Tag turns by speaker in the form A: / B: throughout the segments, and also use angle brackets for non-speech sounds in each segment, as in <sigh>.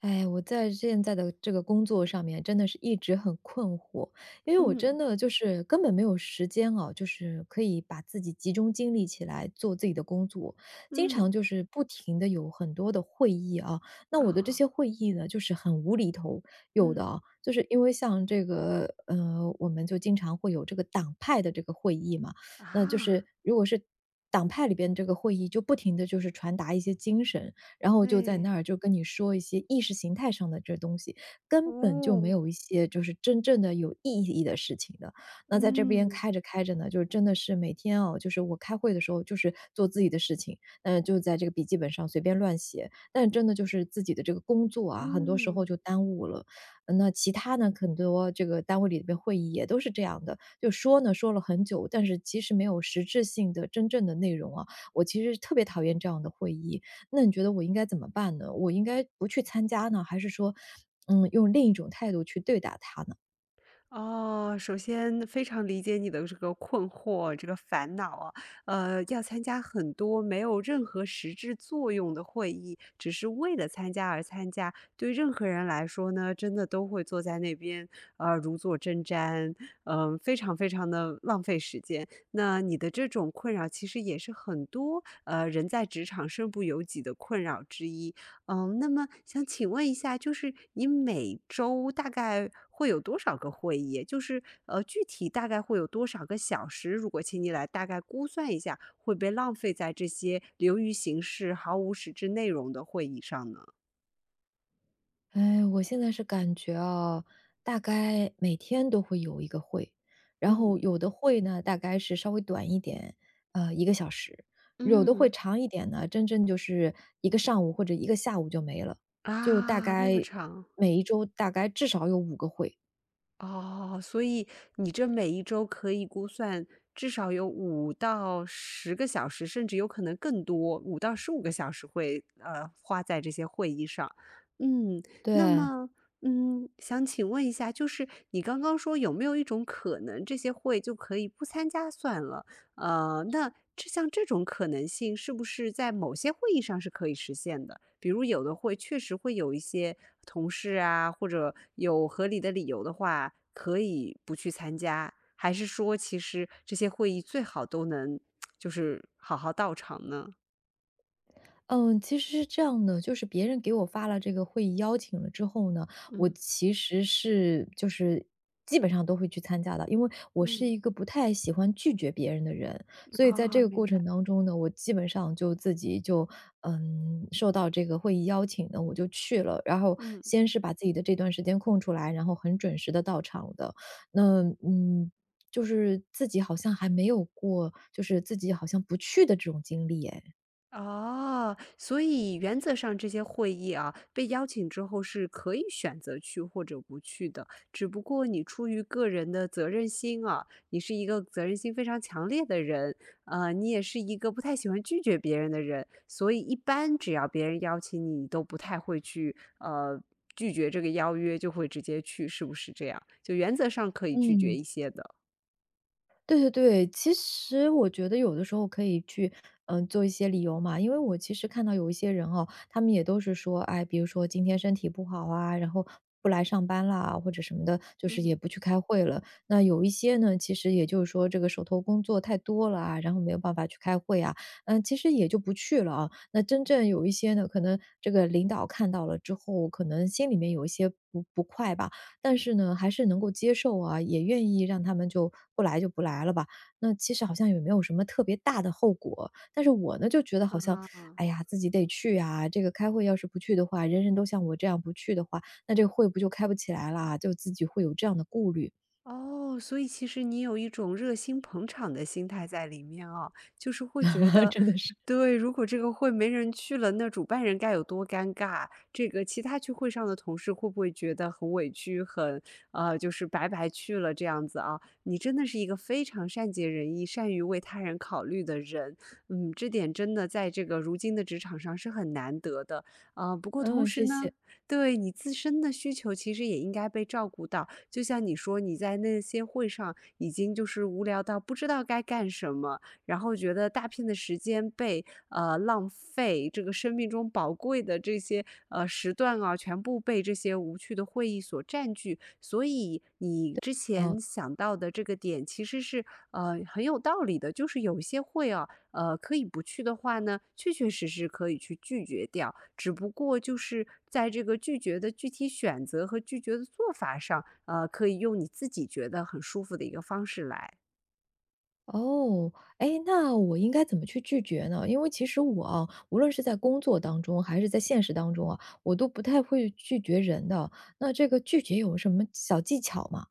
A: 哎，我在现在的这个工作上面真的是一直很困惑，因为我真
B: 嗯，
A: 的就是根本没有时间啊，就是可以把自己集中精力起来做自己的工作，经
B: 嗯，
A: 常就是不停的有很多的会议啊。那我的这
B: 啊，
A: 些会议呢，就是很无厘头，有的
B: 嗯，
A: 啊，就是因为像这个我们就经常会有这个党派的这个会议嘛，那就
B: 啊，
A: 是如果是。党派里边这个会议就不停的就是传达一些精神，然后就在
B: 哎，
A: 那儿就跟你说一些意识形态上的这东西，根本就没
B: 哦，
A: 有一些就是真正的有意义的事情的。那在这边
B: 嗯，
A: 开着开着呢，就真的是每天就是我开会的时候就是做自己的事情，就在这个笔记本上随便乱写，但真的就是自己的这个工作啊，很多时候
B: 嗯。
A: 就耽误了。那其他呢，很多这个单位里边会议也都是这样的，就说呢说了很久，但是其实没有实质性的真正的内容啊。我其实特别讨厌这样的会议，那你觉得我应该怎么办呢？我应该不去参加呢，还是说，用另一种态度去对待他呢？
B: 哦，首先非常理解你的这个困惑、这个烦恼啊，要参加很多没有任何实质作用的会议，只是为了参加而参加，对任何人来说呢，真的都会坐在那边，如坐针毡，非常非常的浪费时间。那你的这种困扰，其实也是很多人在职场身不由己的困扰之一。嗯，那么想请问一下，就是你每周大概会有多少个会议？就是具体大概会有多少个小时？如果请你来大概估算一下，会被浪费在这些流于形式、毫无实质内容的会议上呢？
A: 哎，我现在是感觉啊，大概每天都会有1个会，然后
B: 嗯，
A: 有的会呢，大概是稍微短一点，1个小时，有的会
B: 嗯，
A: 长一点呢，真正就是1个上午或者1个下午就没了，就大
B: 啊，那么
A: 概
B: 长。
A: 每一周大概至少有5个会，
B: 哦，所以你这每一周可以估算至少有5到10个小时，甚至有可能更多5到15个小时会，花在这些会议上。嗯，那
A: 对。
B: 么，想请问一下，就是你刚刚说有没有一种可能，这些会就可以不参加算了？那这像这种可能性是不是在某些会议上是可以实现的？比如有的会确实会有一些同事啊，或者有合理的理由的话，可以不去参加，还是说其实这些会议最好都能就是好好到场呢？
A: 嗯，其实是这样的，就是别人给我发了这个会议邀请了之后呢，我
B: 嗯
A: 其实是就是基本上都会去参加的，因为我是
B: 嗯，
A: 一个不太喜欢拒绝别人的人，所以在这
B: 啊，
A: 个
B: 明
A: 过
B: 白，
A: 程当中呢，我基本上就自己就受到这个会议邀请呢，我就去了，然后
B: 嗯。
A: 先是把自己的这段时间空出来，然后很准时的到场的，那嗯。就是自己好像还没有过，就是自己好像不去的这种经历，哎，
B: 哦，所以原则上这些会议啊，被邀请之后是可以选择去或者不去的，只不过你出于个人的责任心啊，你是一个责任心非常强烈的人，你也是一个不太喜欢拒绝别人的人，所以一般只要别人邀请你，你都不太会去拒绝这个邀约，就会直接去，是不是这样？就原则上可以拒绝
A: 嗯。
B: 一些的。
A: 对对对，其实我觉得有的时候可以去，做一些理由嘛，因为我其实看到有一些人哦，他们也都是说，哎，比如说今天身体不好啊，然后不来上班啦，或者什么的，就是
B: 嗯。
A: 也不去开会了。那有一些呢，其实也就是说这个手头工作太多了啊，然后没有办法去开会啊，其实也就不去了啊。那真正有一些呢，可能这个领导看到了之后，可能心里面有一些不快吧，但是呢，还是能够接受啊，也愿意让他们就不来就不来了吧。那其实好像也没有什么特别大的后果，但是我呢就觉得好像，
B: 啊，
A: 哎呀，自己得去啊，这个开会要是不去的话，人人都像我这样不去的话，那这个会不就开不起来啦，就自己会有这样的顾虑，
B: 哦，所以其实你有一种热心捧场的心态在里面啊，就是会觉
A: <laughs>
B: 得，
A: 真的是，
B: 对，如果这个会没人去了，那主办人该有多尴尬？这个其他去会上的同事会不会觉得很委屈，很就是白白去了这样子啊？你真的是一个非常善解人意、善于为他人考虑的人，嗯，这点真的在这个如今的职场上是很难得的啊，不过同
A: 嗯，
B: 时
A: 谢
B: 呢，
A: 谢，
B: 对你自身的需求其实也应该被照顾到。就像你说，你在那些会上已经就是无聊到不知道该干什么，然后觉得大片的时间被浪费，这个生命中宝贵的这些时段啊，全部被这些无趣的会议所占据。所以你之
A: 嗯。
B: 前想到的这个点其实是很有道理的，就是有一些会啊，可以不去的话呢，确确实实可以去拒绝掉。只不过就是在这个拒绝的具体选择和拒绝的做法上，可以用你自己觉得很舒服的一个方式来。
A: 哦，哎，那我应该怎么去拒绝呢？因为其实我啊，无论是在工作当中还是在现实当中啊，我都不太会拒绝人的。那这个拒绝有什么小技巧吗？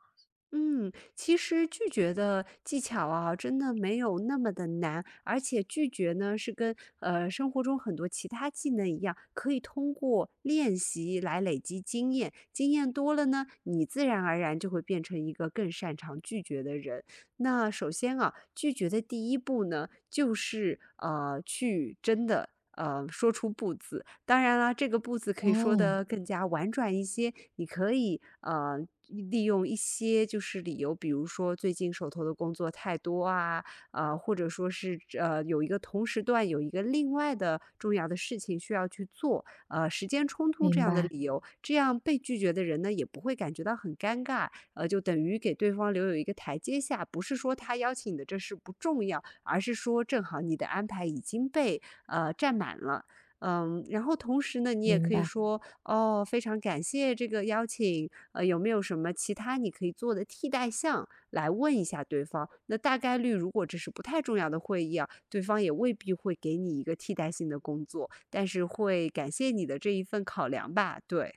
B: 嗯，其实拒绝的技巧啊，真的没有那么的难，而且拒绝呢是跟生活中很多其他技能一样，可以通过练习来累积经验，经验多了呢，你自然而然就会变成一个更擅长拒绝的人。那首先啊，拒绝的第一步呢，就是去真的。说出"不"字，当然了，这个步子可以说
A: 哦，
B: 的更加婉转一些，你可以利用一些就是理由，比如说最近手头的工作太多啊，或者说是有一个同时段有一个另外的重要的事情需要去做，时间冲突这
A: 明
B: 样的
A: 白，
B: 理由，这样被拒绝的人呢也不会感觉到很尴尬，就等于给对方留有一个台阶下，不是说他邀请你的这事不重要，而是说正好你的安排已经被占满了，嗯，然后同时呢，你也
A: 明
B: 可以
A: 白。
B: 说，哦，非常感谢这个邀请，有没有什么其他你可以做的替代项，来问一下对方。那大概率，如果这是不太重要的会议啊，对方也未必会给你一个替代性的工作，但是会感谢你的这一份考量吧，对。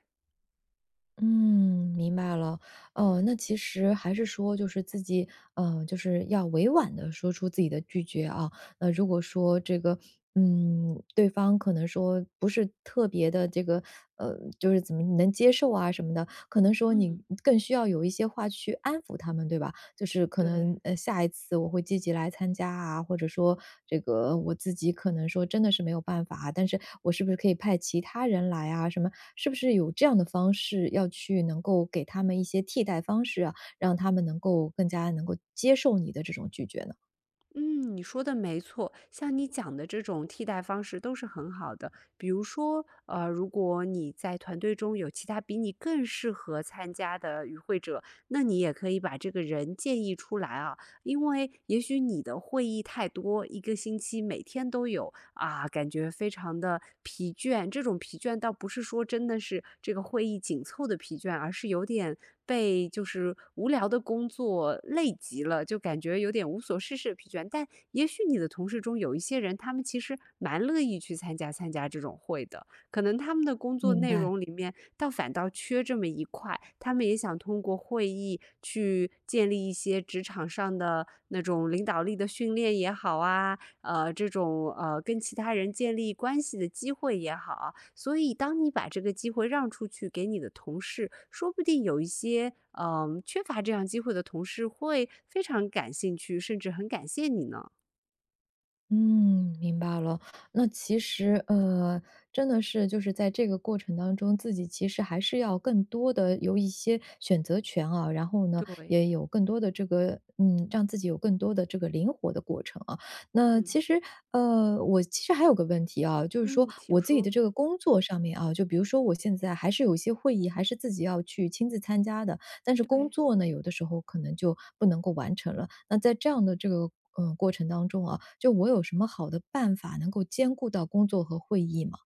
A: 嗯，明白了。哦，那其实还是说，就是自己，就是要委婉的说出自己的拒绝啊。那如果说这个，对方可能说不是特别的这个，就是怎么能接受啊什么的，可能说你
B: 嗯，
A: 更需要有一些话去安抚他们，对吧？就是可
B: 对。
A: 能下一次我会积极来参加啊，或者说这个我自己可能说真的是没有办法啊，但是我是不是可以派其他人来啊？什么是不是有这样的方式要去能够给他们一些替代方式啊，让他们能够更加能够接受你的这种拒绝呢？
B: 嗯，你说的没错，像你讲的这种替代方式都是很好的。比如说，如果你在团队中有其他比你更适合参加的与会者，那你也可以把这个人建议出来啊。因为也许你的会议太多，一个星期每天都有，啊，感觉非常的疲倦。这种疲倦倒不是说真的是这个会议紧凑的疲倦，而是有点被就是无聊的工作累极了，就感觉有点无所事事的疲倦。但也许你的同事中有一些人，他们其实蛮乐意去参加参加这种会的，可能他们的工作
A: 明
B: 内
A: 白。
B: 容里面倒反倒缺这么一块，他们也想通过会议去建立一些职场上的那种领导力的训练也好啊，这种跟其他人建立关系的机会也好啊。所以当你把这个机会让出去给你的同事，说不定有一些缺乏这样机会的同事会非常感兴趣，甚至很感谢你呢。
A: 嗯，明白了。那其实，真的是就是在这个过程当中，自己其实还是要更多的有一些选择权啊，然后呢，
B: 对，
A: 也有更多的这个，让自己有更多的这个灵活的过程啊。那
B: 嗯
A: 其实，我其实还有个问题啊，就是说
B: 嗯，请
A: 我自己的
B: 说。
A: 这个工作上面啊，就比如说我现在还是有一些会议，还是自己要去亲自参加的。但是工
B: 对，
A: 作呢，有的时候可能就不能够完成了。那在这样的这个过程当中啊，就我有什么好的办法能够兼顾到工作和会议吗？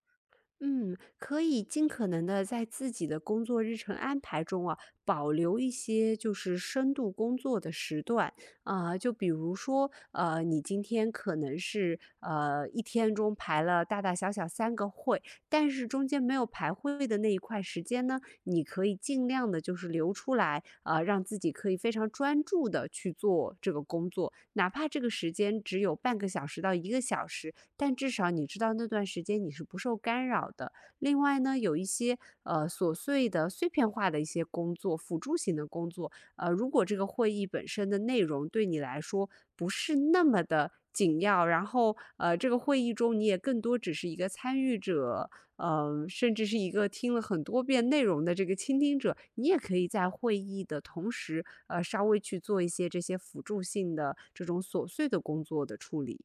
B: 嗯，可以尽可能的在自己的工作日程安排中啊，保留一些就是深度工作的时段啊、就比如说，你今天可能是一天中排了大大小小3个会，但是中间没有排会的那一块时间呢，你可以尽量的就是留出来，让自己可以非常专注的去做这个工作，哪怕这个时间只有半个小时到1个小时，但至少你知道那段时间你是不受干扰的。另外呢，有一些琐碎的、碎片化的一些工作，辅助型的工作，如果这个会议本身的内容对你来说不是那么的紧要，然后这个会议中你也更多只是一个参与者，甚至是一个听了很多遍内容的这个倾听者，你也可以在会议的同时，稍微去做一些这些辅助性的这种琐碎的工作的处理。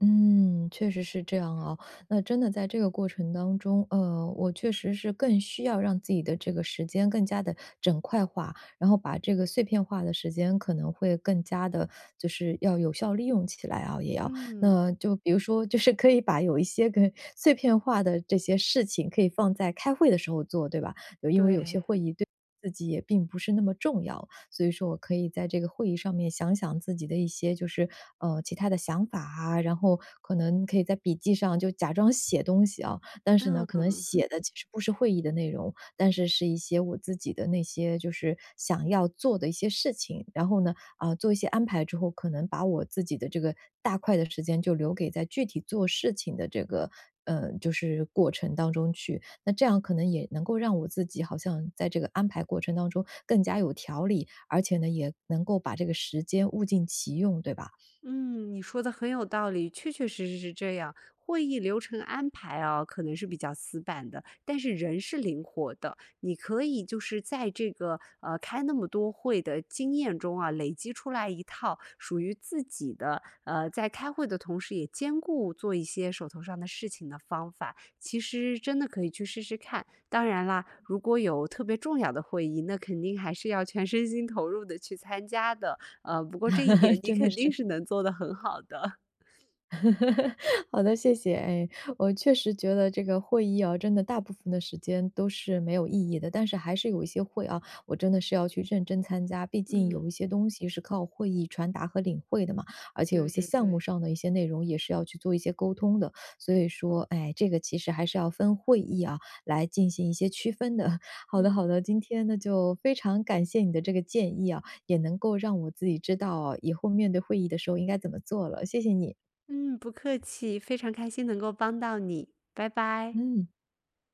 A: 嗯，确实是这样啊。那真的在这个过程当中，我确实是更需要让自己的这个时间更加的整块化，然后把这个碎片化的时间可能会更加的，就是要有效利用起来啊，也要。
B: 嗯，
A: 那就比如说，就是可以把有一些个碎片化的这些事情可以放在开会的时候做，对吧？就因为有些
B: 对，
A: 会议对自己也并不是那么重要，所以说我可以在这个会议上面想想自己的一些就是其他的想法啊，然后可能可以在笔记上就假装写东西啊，但是呢，可能
B: 嗯
A: 写的其实不是会议的内容，但是是一些我自己的那些就是想要做的一些事情，然后呢，啊、做一些安排之后，可能把我自己的这个大块的时间就留给在具体做事情的这个就是过程当中去。那这样可能也能够让我自己好像在这个安排过程当中更加有条理，而且呢，也能够把这个时间物尽其用，对吧？
B: 嗯，你说的很有道理，确确实实是这样。会议流程安排啊，可能是比较死板的，但是人是灵活的。你可以就是在这个开那么多会的经验中啊，累积出来一套属于自己的在开会的同时也兼顾做一些手头上的事情的方法。其实真的可以去试试看。当然啦，如果有特别重要的会议，那肯定还是要全身心投入的去参加的。不过这一点
A: <laughs>
B: 你
A: 真的
B: 肯定
A: 是。
B: 是能做得很好的。
A: <laughs> 好的，谢谢。哎，我确实觉得这个会议啊，真的大部分的时间都是没有意义的，但是还是有一些会啊，我真的是要去认真参加，毕
B: <laughs>
A: 竟有
B: 嗯，
A: 一些东西是靠会议传达和领会的嘛，而且有
B: 对
A: 些
B: 对
A: 项目
B: 对，
A: 上的一些内容也是要去做一些沟通的，所
B: 没
A: 以说，
B: 错，
A: 哎，这个其实还是要分会议啊来进行一些区分的。<laughs> 好的，好
B: 嗯。
A: 的，今天呢就非常感谢你的这个建议啊，也能够让我自己知道啊以后面对会议的时候应该怎么做了，谢谢你。
B: 嗯，不客气，非常开心能够帮到你，拜拜。
A: 嗯。